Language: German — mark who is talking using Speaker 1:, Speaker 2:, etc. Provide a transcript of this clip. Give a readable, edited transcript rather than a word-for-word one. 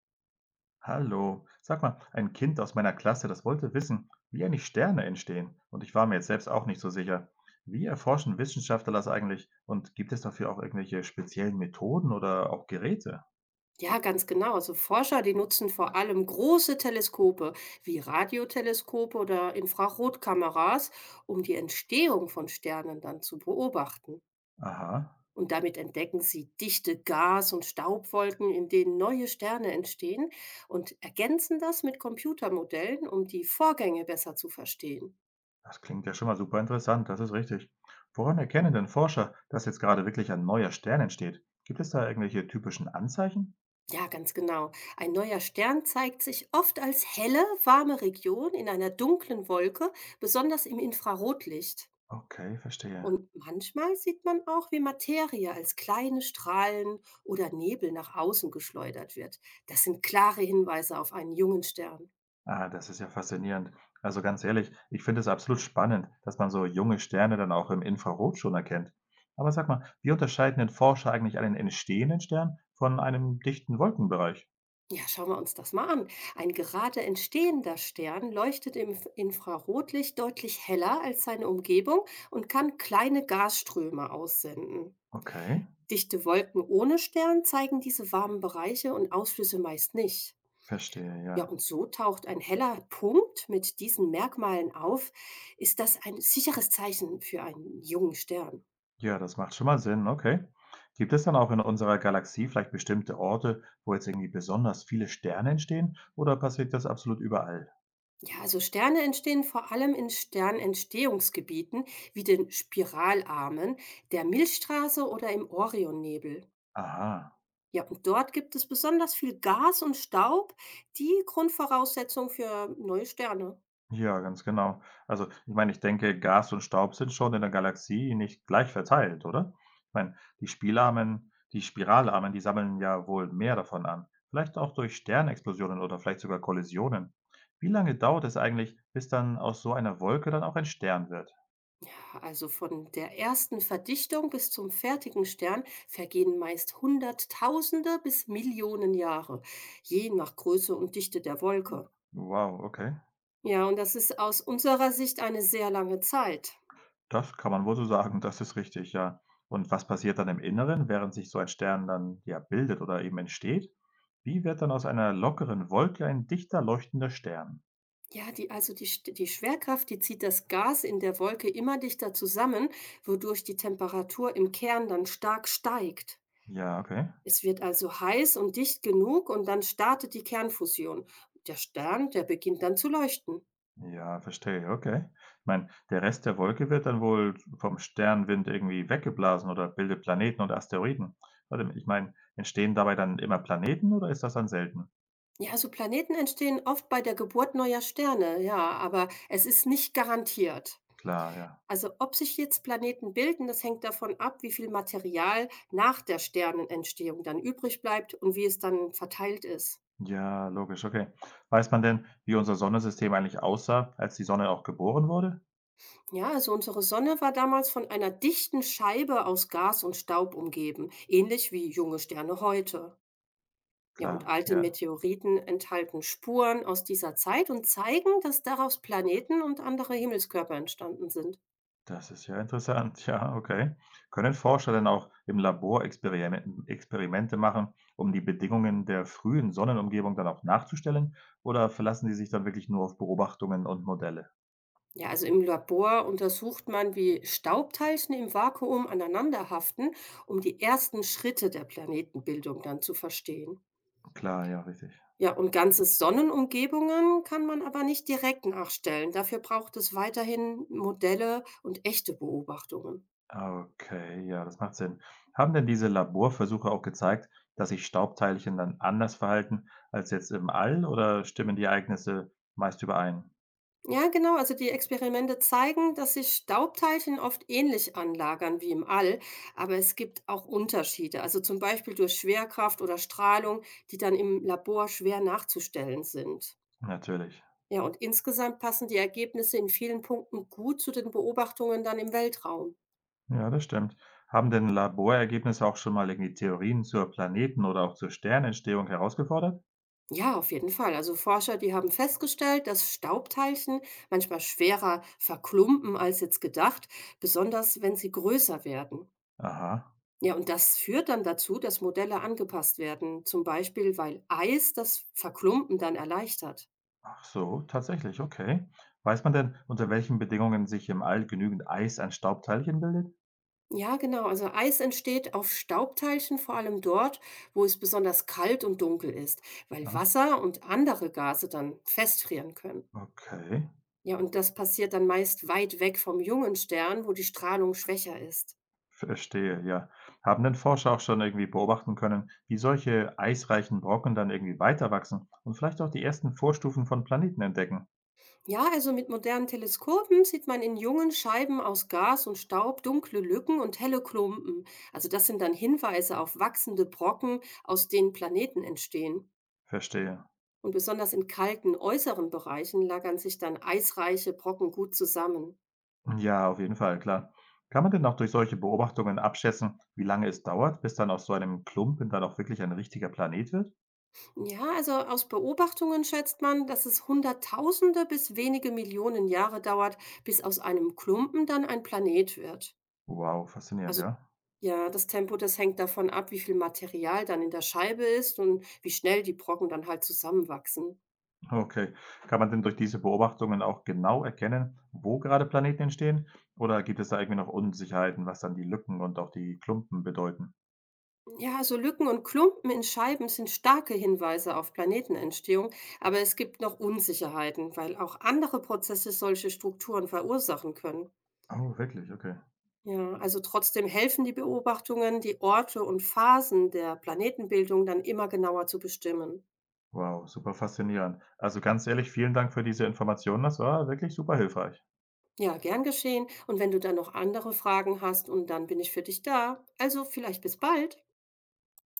Speaker 1: Hallo, sag mal, ein Kind aus meiner Klasse, das wollte wissen, wie eigentlich Sterne entstehen. Und ich war mir jetzt selbst auch nicht so sicher. Wie erforschen Wissenschaftler das eigentlich? Und gibt es dafür auch irgendwelche speziellen Methoden oder auch Geräte?
Speaker 2: Ja, ganz genau. Also Forscher, die nutzen vor allem große Teleskope wie Radioteleskope oder Infrarotkameras, um die Entstehung von Sternen dann zu beobachten.
Speaker 1: Aha,
Speaker 2: Und damit entdecken sie dichte Gas- und Staubwolken, in denen neue Sterne entstehen und ergänzen das mit Computermodellen, um die Vorgänge besser zu verstehen.
Speaker 1: das klingt ja schon mal super interessant, das ist richtig. Woran erkennen denn Forscher, dass jetzt gerade wirklich ein neuer Stern entsteht? Gibt es da irgendwelche typischen Anzeichen?
Speaker 2: Ja, ganz genau. Ein neuer Stern zeigt sich oft als helle, warme Region in einer dunklen Wolke, besonders im Infrarotlicht.
Speaker 1: Okay, verstehe.
Speaker 2: Und manchmal sieht man auch, wie Materie als kleine Strahlen oder Nebel nach außen geschleudert wird. Das sind klare Hinweise auf einen jungen Stern.
Speaker 1: Ah, das ist ja faszinierend. Also ganz ehrlich, ich finde es absolut spannend, dass man so junge Sterne dann auch im Infrarot schon erkennt. Aber sag mal, wie unterscheiden denn Forscher eigentlich einen entstehenden Stern von einem dichten Wolkenbereich?
Speaker 2: Ja, schauen wir uns das mal an. Ein gerade entstehender Stern leuchtet im Infrarotlicht deutlich heller als seine Umgebung und kann kleine Gasströme aussenden.
Speaker 1: Okay,
Speaker 2: Dichte Wolken ohne Stern zeigen diese warmen Bereiche und Ausflüsse meist nicht.
Speaker 1: verstehe,
Speaker 2: Ja, und
Speaker 1: ja.
Speaker 2: so taucht ein heller Punkt mit diesen Merkmalen auf, ist das ein sicheres Zeichen für einen jungen Stern.
Speaker 1: Ja, das macht schon mal Sinn, okay. Gibt es dann auch in unserer Galaxie vielleicht bestimmte Orte, wo jetzt irgendwie besonders viele Sterne entstehen, oder passiert das absolut überall?
Speaker 2: Ja, also Sterne entstehen vor allem in Sternentstehungsgebieten wie den Spiralarmen, der Milchstraße oder im Orionnebel.
Speaker 1: Aha.
Speaker 2: Ja, und dort gibt es besonders viel Gas und Staub, die Grundvoraussetzung für neue Sterne.
Speaker 1: Ja, ganz genau. Also, ich meine, ich denke, Gas und Staub sind schon in der Galaxie nicht gleich verteilt, oder? Ich meine, die Spiralarmen, die sammeln ja wohl mehr davon an. Vielleicht auch durch Sternexplosionen oder vielleicht sogar Kollisionen. Wie lange dauert es eigentlich, bis dann aus so einer Wolke dann auch ein Stern wird?
Speaker 2: Also von der ersten Verdichtung bis zum fertigen Stern vergehen meist Hunderttausende bis Millionen Jahre, je nach Größe und Dichte der Wolke.
Speaker 1: Wow, okay.
Speaker 2: Ja, und das ist aus unserer Sicht eine sehr lange Zeit.
Speaker 1: Das kann man wohl so sagen, das ist richtig, ja. Und was passiert dann im Inneren, während sich so ein Stern dann ja bildet oder eben entsteht? Wie wird dann aus einer lockeren Wolke ein dichter leuchtender Stern?
Speaker 2: Ja, also die Schwerkraft, die zieht das Gas in der Wolke immer dichter zusammen, wodurch die Temperatur im Kern dann stark steigt.
Speaker 1: Ja, okay.
Speaker 2: Es wird also heiß und dicht genug und dann startet die Kernfusion. Der Stern, der beginnt dann zu leuchten.
Speaker 1: Ja, verstehe, okay. Ich meine, der Rest der Wolke wird dann wohl vom Sternwind irgendwie weggeblasen oder bildet Planeten und Asteroiden. Warte, mal, ich meine, entstehen dabei dann immer Planeten oder ist das dann selten?
Speaker 2: Ja, also Planeten entstehen oft bei der Geburt neuer Sterne, ja, aber es ist nicht garantiert.
Speaker 1: Klar, ja.
Speaker 2: Also ob sich jetzt Planeten bilden, das hängt davon ab, wie viel Material nach der Sternenentstehung dann übrig bleibt und wie es dann verteilt ist.
Speaker 1: Ja, logisch, okay. Weiß man denn, wie unser Sonnensystem eigentlich aussah, als die Sonne auch geboren wurde?
Speaker 2: Ja, also unsere Sonne war damals von einer dichten Scheibe aus Gas und Staub umgeben, ähnlich wie junge Sterne heute. Ja, und
Speaker 1: Klar,
Speaker 2: alte
Speaker 1: ja.
Speaker 2: Meteoriten enthalten Spuren aus dieser Zeit und zeigen, dass daraus Planeten und andere Himmelskörper entstanden sind.
Speaker 1: Das ist ja interessant. Ja, okay. Können Forscher denn auch im Labor Experimente machen, um die Bedingungen der frühen Sonnenumgebung dann auch nachzustellen? Oder verlassen die sich dann wirklich nur auf Beobachtungen und Modelle?
Speaker 2: Ja, also im Labor untersucht man, wie Staubteilchen im Vakuum aneinander haften, um die ersten Schritte der Planetenbildung dann zu verstehen.
Speaker 1: Klar, ja, richtig.
Speaker 2: Ja, und ganze Sonnenumgebungen kann man aber nicht direkt nachstellen. Dafür braucht es weiterhin Modelle und echte Beobachtungen.
Speaker 1: Okay, ja, das macht Sinn. Haben denn diese Laborversuche auch gezeigt, dass sich Staubteilchen dann anders verhalten als jetzt im All oder stimmen die Ereignisse meist überein?
Speaker 2: Ja, genau. Also die Experimente zeigen, dass sich Staubteilchen oft ähnlich anlagern wie im All, aber es gibt auch Unterschiede. Also zum Beispiel durch Schwerkraft oder Strahlung, die dann im Labor schwer nachzustellen sind.
Speaker 1: Natürlich.
Speaker 2: Ja, und insgesamt passen die Ergebnisse in vielen Punkten gut zu den Beobachtungen dann im Weltraum.
Speaker 1: Ja, das stimmt. Haben denn Laborergebnisse auch schon mal irgendwie Theorien zur Planeten- oder auch zur Sternentstehung herausgefordert?
Speaker 2: Ja, auf jeden Fall. Also Forscher, die haben festgestellt, dass Staubteilchen manchmal schwerer verklumpen als jetzt gedacht, besonders wenn sie größer werden.
Speaker 1: Aha,
Speaker 2: Ja, und das führt dann dazu, dass Modelle angepasst werden, zum Beispiel weil Eis das Verklumpen dann erleichtert.
Speaker 1: ach so, tatsächlich, okay. Weiß man denn, unter welchen Bedingungen sich im All genügend Eis an Staubteilchen bildet?
Speaker 2: Ja, genau. Also Eis entsteht auf Staubteilchen, vor allem dort, wo es besonders kalt und dunkel ist, weil
Speaker 1: Ah,
Speaker 2: Wasser und andere Gase dann festfrieren können.
Speaker 1: okay,
Speaker 2: Ja, und das passiert dann meist weit weg vom jungen Stern, wo die Strahlung schwächer ist.
Speaker 1: verstehe, ja. Haben denn Forscher auch schon irgendwie beobachten können, wie solche eisreichen Brocken dann irgendwie weiterwachsen und vielleicht auch die ersten Vorstufen von Planeten entdecken?
Speaker 2: Ja, also mit modernen Teleskopen sieht man in jungen Scheiben aus Gas und Staub dunkle Lücken und helle Klumpen. Also das sind dann Hinweise auf wachsende Brocken, aus denen Planeten entstehen.
Speaker 1: Verstehe.
Speaker 2: Und besonders in kalten äußeren Bereichen lagern sich dann eisreiche Brocken gut zusammen.
Speaker 1: Ja, auf jeden Fall, klar. Kann man denn auch durch solche Beobachtungen abschätzen, wie lange es dauert, bis dann aus so einem Klumpen dann auch wirklich ein richtiger Planet wird?
Speaker 2: Ja, also aus Beobachtungen schätzt man, dass es Hunderttausende bis wenige Millionen Jahre dauert, bis aus einem Klumpen dann ein Planet wird.
Speaker 1: Wow, faszinierend,
Speaker 2: Also
Speaker 1: ja.
Speaker 2: ja, das Tempo, das hängt davon ab, wie viel Material dann in der Scheibe ist und wie schnell die Brocken dann halt zusammenwachsen.
Speaker 1: Okay. Kann man denn durch diese Beobachtungen auch genau erkennen, wo gerade Planeten entstehen? Oder gibt es da irgendwie noch Unsicherheiten, was dann die Lücken und auch die Klumpen bedeuten?
Speaker 2: Ja, so Lücken und Klumpen in Scheiben sind starke Hinweise auf Planetenentstehung, aber es gibt noch Unsicherheiten, weil auch andere Prozesse solche Strukturen verursachen können.
Speaker 1: Oh, wirklich, okay.
Speaker 2: Ja, also trotzdem helfen die Beobachtungen, die Orte und Phasen der Planetenbildung dann immer genauer zu bestimmen.
Speaker 1: Wow, super faszinierend. Also ganz ehrlich, vielen Dank für diese Informationen. Das war wirklich super hilfreich.
Speaker 2: Ja, gern geschehen. Und wenn du dann noch andere Fragen hast, und dann bin ich für dich da. Also vielleicht bis bald.